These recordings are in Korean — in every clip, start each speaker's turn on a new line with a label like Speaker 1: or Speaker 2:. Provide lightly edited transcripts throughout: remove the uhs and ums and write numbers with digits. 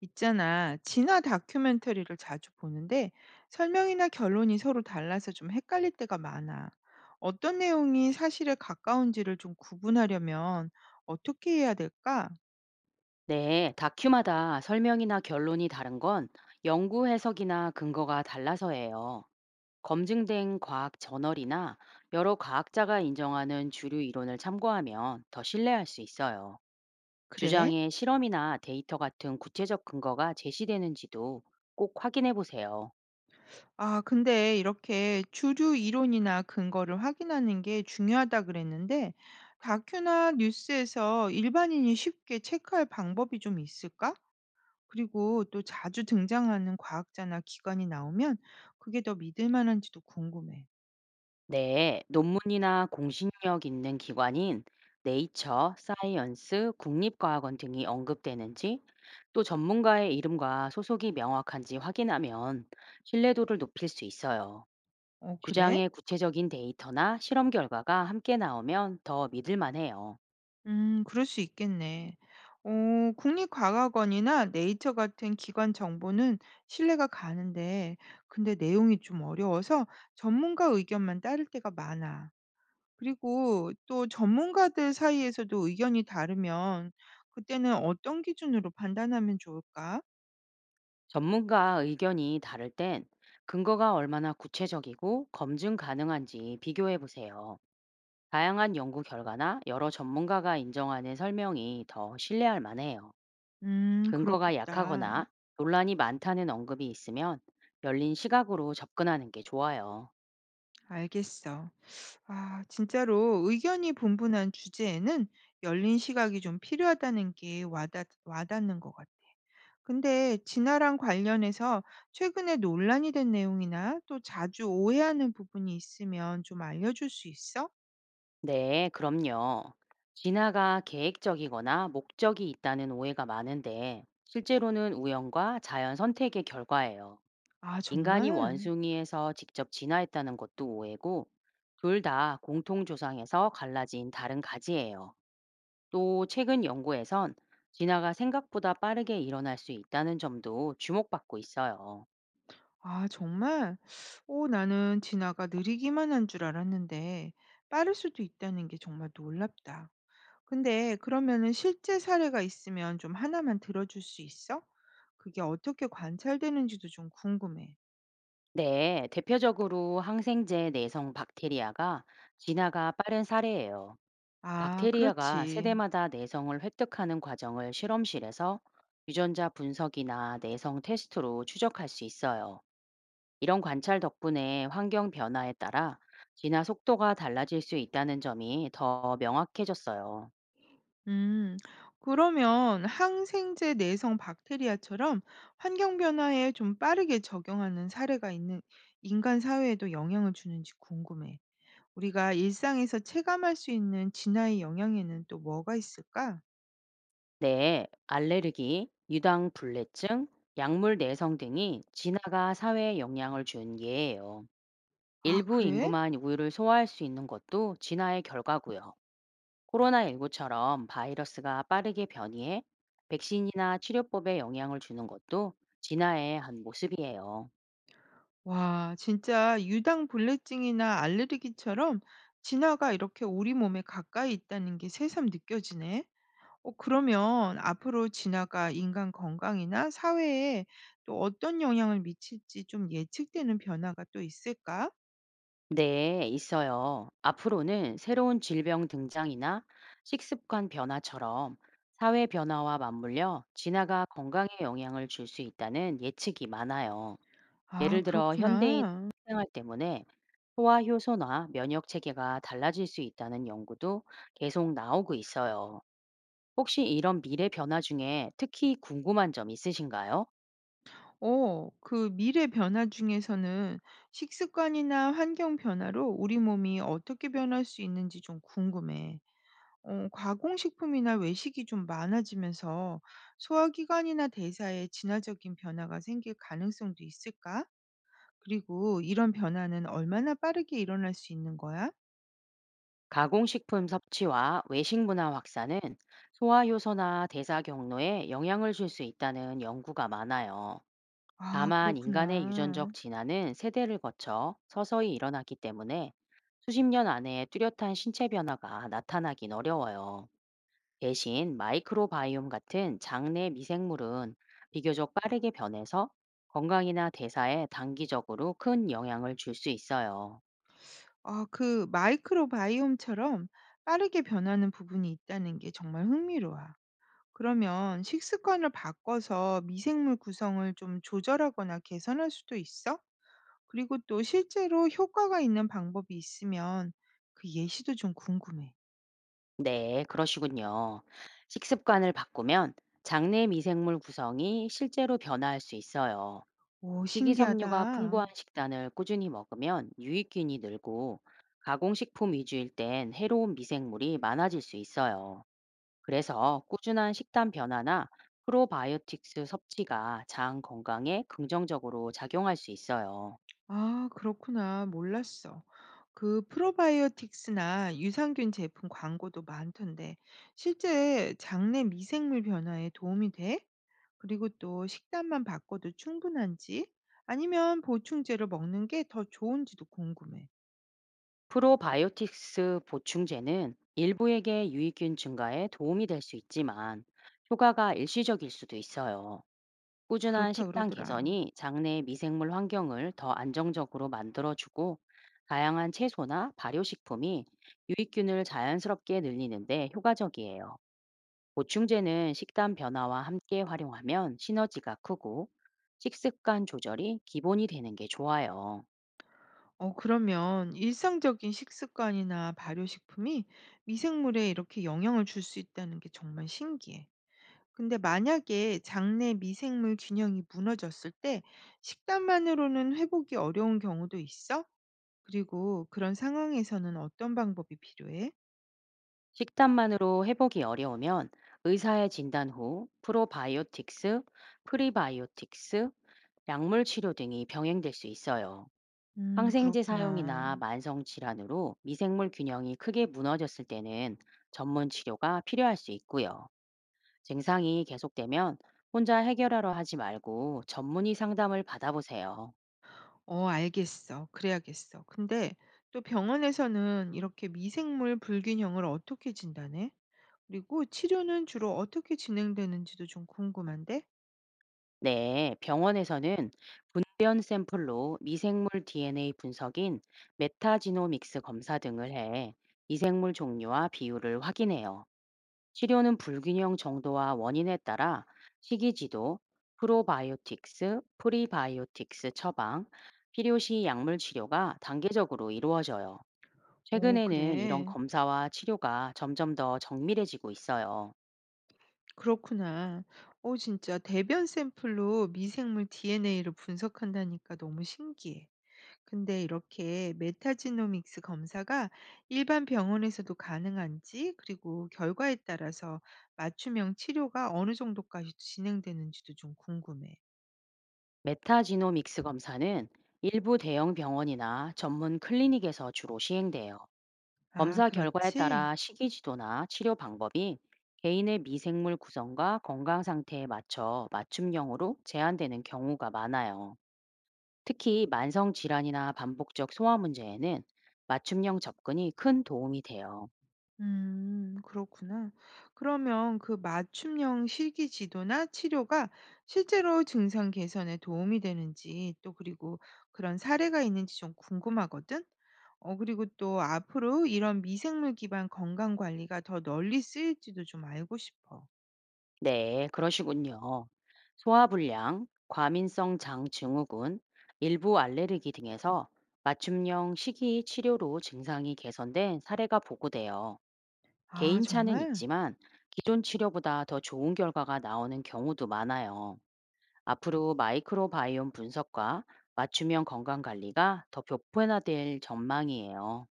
Speaker 1: 있잖아. 진화 다큐멘터리를 자주 보는데 설명이나 결론이 서로 달라서 좀 헷갈릴 때가 많아. 어떤 내용이 사실에 가까운지를 좀 구분하려면 어떻게 해야 될까?
Speaker 2: 네, 다큐마다 설명이나 결론이 다른 건 연구 해석이나 근거가 달라서예요. 검증된 과학 저널이나 여러 과학자가 인정하는 주류 이론을 참고하면 더 신뢰할 수 있어요.
Speaker 1: 그래?
Speaker 2: 주장의 실험이나 데이터 같은 구체적 근거가 제시되는지도 꼭 확인해 보세요.
Speaker 1: 아, 근데 이렇게 주류 이론이나 근거를 확인하는 게 중요하다 그랬는데 다큐나 뉴스에서 일반인이 쉽게 체크할 방법이 좀 있을까? 그리고 또 자주 등장하는 과학자나 기관이 나오면 그게 더 믿을 만한지도 궁금해.
Speaker 2: 네, 논문이나 공신력 있는 기관인 네이처, 사이언스, 국립과학원 등이 언급되는지, 또 전문가의 이름과 소속이 명확한지 확인하면 신뢰도를 높일 수 있어요.
Speaker 1: 어 그래?
Speaker 2: 주장의 구체적인 데이터나 실험 결과가 함께 나오면 더 믿을 만해요.
Speaker 1: 그럴 수 있겠네. 어 국립과학원이나 네이처 같은 기관 정보는 신뢰가 가는데 근데 내용이 좀 어려워서 전문가 의견만 따를 때가 많아. 그리고 또 전문가들 사이에서도 의견이 다르면 그때는 어떤 기준으로 판단하면 좋을까?
Speaker 2: 전문가 의견이 다를 땐 근거가 얼마나 구체적이고 검증 가능한지 비교해 보세요. 다양한 연구 결과나 여러 전문가가 인정하는 설명이 더 신뢰할 만해요. 근거가
Speaker 1: 그렇겠다.
Speaker 2: 약하거나 논란이 많다는 언급이 있으면 열린 시각으로 접근하는 게 좋아요.
Speaker 1: 알겠어. 아, 진짜로 의견이 분분한 주제에는 열린 시각이 좀 필요하다는 게 와닿는 것 같아. 근데 진화랑 관련해서 최근에 논란이 된 내용이나 또 자주 오해하는 부분이 있으면 좀 알려줄 수 있어?
Speaker 2: 네, 그럼요. 진화가 계획적이거나 목적이 있다는 오해가 많은데 실제로는 우연과 자연 선택의 결과예요.
Speaker 1: 아,
Speaker 2: 인간이
Speaker 1: 정말?
Speaker 2: 원숭이에서 직접 진화했다는 것도 오해고 둘 다 공통 조상에서 갈라진 다른 가지예요. 또 최근 연구에선 진화가 생각보다 빠르게 일어날 수 있다는 점도 주목받고 있어요.
Speaker 1: 아, 정말? 오, 나는 진화가 느리기만 한 줄 알았는데 빠를 수도 있다는 게 정말 놀랍다. 근데 그러면은 실제 사례가 있으면 좀 하나만 들어줄 수 있어? 그게 어떻게 관찰되는지도 좀 궁금해.
Speaker 2: 네, 대표적으로 항생제 내성 박테리아가 진화가 빠른 사례예요.
Speaker 1: 아,
Speaker 2: 박테리아가
Speaker 1: 그렇지.
Speaker 2: 세대마다 내성을 획득하는 과정을 실험실에서 유전자 분석이나 내성 테스트로 추적할 수 있어요. 이런 관찰 덕분에 환경 변화에 따라 진화 속도가 달라질 수 있다는 점이 더 명확해졌어요.
Speaker 1: 음, 그러면 항생제 내성 박테리아처럼 환경 변화에 좀 빠르게 적용하는 사례가 있는 인간 사회에도 영향을 주는지 궁금해. 우리가 일상에서 체감할 수 있는 진화의 영향에는 또 뭐가 있을까?
Speaker 2: 네, 알레르기, 유당불내증, 약물 내성 등이 진화가 사회에 영향을 준 예예요.
Speaker 1: 아,
Speaker 2: 일부
Speaker 1: 그래?
Speaker 2: 인구만 우유를 소화할 수 있는 것도 진화의 결과고요. 코로나19처럼 바이러스가 빠르게 변이해 백신이나 치료법에 영향을 주는 것도 진화의 한 모습이에요.
Speaker 1: 와, 진짜 유당불내증이나 알레르기처럼 진화가 이렇게 우리 몸에 가까이 있다는 게 새삼 느껴지네. 어 그러면 앞으로 진화가 인간 건강이나 사회에 또 어떤 영향을 미칠지 좀 예측되는 변화가 또 있을까?
Speaker 2: 네, 있어요. 앞으로는 새로운 질병 등장이나 식습관 변화처럼 사회 변화와 맞물려 진화가 건강에 영향을 줄 수 있다는 예측이 많아요.
Speaker 1: 아
Speaker 2: 예를 들어 현대인
Speaker 1: 그렇구나.
Speaker 2: 생활 때문에 소화 효소나 면역 체계가 달라질 수 있다는 연구도 계속 나오고 있어요. 혹시 이런 미래 변화 중에 특히 궁금한 점 있으신가요?
Speaker 1: 어 그 미래 변화 중에서는 식습관이나 환경 변화로 우리 몸이 어떻게 변할 수 있는지 좀 궁금해. 어 가공식품이나 외식이 좀 많아지면서 소화기관이나 대사에 진화적인 변화가 생길 가능성도 있을까? 그리고 이런 변화는 얼마나 빠르게 일어날 수 있는 거야?
Speaker 2: 가공식품 섭취와 외식 문화 확산은 소화 효소나 대사 경로에 영향을 줄 수 있다는 연구가 많아요.
Speaker 1: 아,
Speaker 2: 다만 인간의
Speaker 1: 그렇구나.
Speaker 2: 유전적 진화는 세대를 거쳐 서서히 일어나기 때문에 수십 년 안에 뚜렷한 신체 변화가 나타나긴 어려워요. 대신 마이크로바이옴 같은 장내 미생물은 비교적 빠르게 변해서 건강이나 대사에 단기적으로 큰 영향을 줄 수 있어요.
Speaker 1: 아, 그 마이크로바이옴처럼 빠르게 변하는 부분이 있다는 게 정말 흥미로워. 그러면 식습관을 바꿔서 미생물 구성을 좀 조절하거나 개선할 수도 있어? 그리고 또 실제로 효과가 있는 방법이 있으면 그 예시도 좀 궁금해.
Speaker 2: 네, 그러시군요. 식습관을 바꾸면 장내 미생물 구성이 실제로 변화할 수 있어요.
Speaker 1: 오,
Speaker 2: 식이섬유가
Speaker 1: 신기하다.
Speaker 2: 풍부한 식단을 꾸준히 먹으면 유익균이 늘고 가공식품 위주일 땐 해로운 미생물이 많아질 수 있어요. 그래서 꾸준한 식단 변화나 프로바이오틱스 섭취가 장 건강에 긍정적으로 작용할 수 있어요.
Speaker 1: 아, 그렇구나. 몰랐어. 그 프로바이오틱스나 유산균 제품 광고도 많던데, 실제 장내 미생물 변화에 도움이 돼? 그리고 또 식단만 바꿔도 충분한지, 아니면 보충제를 먹는 게 더 좋은지도 궁금해.
Speaker 2: 프로바이오틱스 보충제는 일부에게 유익균 증가에 도움이 될 수 있지만 효과가 일시적일 수도 있어요. 꾸준한
Speaker 1: 그렇다
Speaker 2: 식단
Speaker 1: 그러더라.
Speaker 2: 개선이 장내 미생물 환경을 더 안정적으로 만들어주고 다양한 채소나 발효식품이 유익균을 자연스럽게 늘리는데 효과적이에요. 보충제는 식단 변화와 함께 활용하면 시너지가 크고 식습관 조절이 기본이 되는 게 좋아요.
Speaker 1: 어, 그러면 일상적인 식습관이나 발효식품이 미생물에 이렇게 영향을 줄 수 있다는 게 정말 신기해. 근데 만약에 장내 미생물 균형이 무너졌을 때 식단만으로는 회복이 어려운 경우도 있어? 그리고 그런 상황에서는 어떤 방법이 필요해?
Speaker 2: 식단만으로 회복이 어려우면 의사의 진단 후 프로바이오틱스, 프리바이오틱스, 약물 치료 등이 병행될 수 있어요. 항생제
Speaker 1: 그렇구나.
Speaker 2: 사용이나 만성 질환으로 미생물 균형이 크게 무너졌을 때는 전문 치료가 필요할 수 있고요. 증상이 계속되면 혼자 해결하러 하지 말고 전문의 상담을 받아보세요.
Speaker 1: 어, 알겠어. 그래야겠어. 근데 또 병원에서는 이렇게 미생물 불균형을 어떻게 진단해? 그리고 치료는 주로 어떻게 진행되는지도 좀 궁금한데?
Speaker 2: 네, 병원에서는 소변 샘플로 미생물 DNA 분석인 메타지노믹스 검사 등을 해 미생물 종류와 비율을 확인해요. 치료는 불균형 정도와 원인에 따라 식이지도, 프로바이오틱스, 프리바이오틱스 처방, 필요시 약물 치료가 단계적으로 이루어져요.
Speaker 1: 오,
Speaker 2: 최근에는 이런
Speaker 1: 그래.
Speaker 2: 검사와 치료가 점점 더 정밀해지고 있어요.
Speaker 1: 그렇구나. 어 진짜 대변 샘플로 미생물 DNA를 분석한다니까 너무 신기해. 근데 이렇게 메타지노믹스 검사가 일반 병원에서도 가능한지, 그리고 결과에 따라서 맞춤형 치료가 어느 정도까지 진행되는지도 좀 궁금해.
Speaker 2: 메타지노믹스 검사는 일부 대형 병원이나 전문 클리닉에서 주로 시행돼요.
Speaker 1: 아,
Speaker 2: 검사 결과에
Speaker 1: 그렇지?
Speaker 2: 따라 식이 지도나 치료 방법이 개인의 미생물 구성과 건강 상태에 맞춰 맞춤형으로 제한되는 경우가 많아요. 특히 만성 질환이나 반복적 소화 문제에는 맞춤형 접근이 큰 도움이 돼요.
Speaker 1: 그렇구나. 그러면 그 맞춤형 실기 지도나 치료가 실제로 증상 개선에 도움이 되는지 또 그리고 그런 사례가 있는지 좀 궁금하거든. 어, 그리고 또 앞으로 이런 미생물 기반 건강 관리가 더 널리 쓰일지도 좀 알고 싶어.
Speaker 2: 네, 그러시군요. 소화불량, 과민성 장 증후군, 일부 알레르기 등에서 맞춤형 식이 치료로 증상이 개선된 사례가 보고돼요.
Speaker 1: 아,
Speaker 2: 개인차는
Speaker 1: 정말?
Speaker 2: 있지만 기존 치료보다 더 좋은 결과가 나오는 경우도 많아요. 앞으로 마이크로바이옴 분석과 맞춤형 건강관리가 더 보편화될 전망이에요.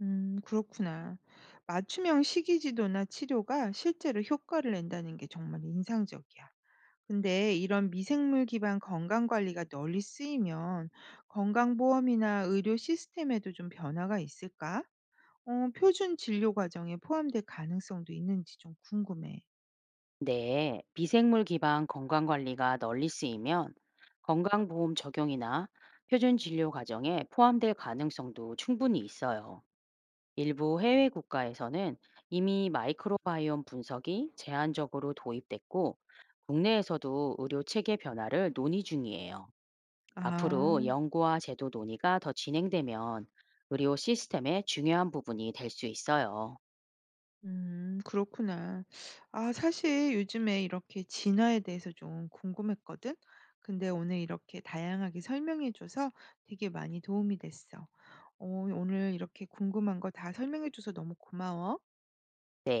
Speaker 1: 그렇구나. 맞춤형 식이지도나 치료가 실제로 효과를 낸다는 게 정말 인상적이야. 근데 이런 미생물 기반 건강관리가 널리 쓰이면 건강보험이나 의료 시스템에도 좀 변화가 있을까? 어, 표준 진료 과정에 포함될 가능성도 있는지 좀 궁금해.
Speaker 2: 네, 미생물 기반 건강관리가 널리 쓰이면 건강보험 적용이나 표준 진료 과정에 포함될 가능성도 충분히 있어요. 일부 해외 국가에서는 이미 마이크로바이옴 분석이 제한적으로 도입됐고, 국내에서도 의료 체계 변화를 논의 중이에요. 앞으로
Speaker 1: 아,
Speaker 2: 연구와 제도 논의가 더 진행되면 의료 시스템의 중요한 부분이 될 수 있어요.
Speaker 1: 그렇구나. 아, 사실 요즘에 이렇게 진화에 대해서 좀 궁금했거든? 근데 오늘 이렇게 다양하게 설명해줘서 되게 많이 도움이 됐어. 어, 오늘 이렇게 궁금한 거 다 설명해줘서 너무 고마워.
Speaker 2: 네.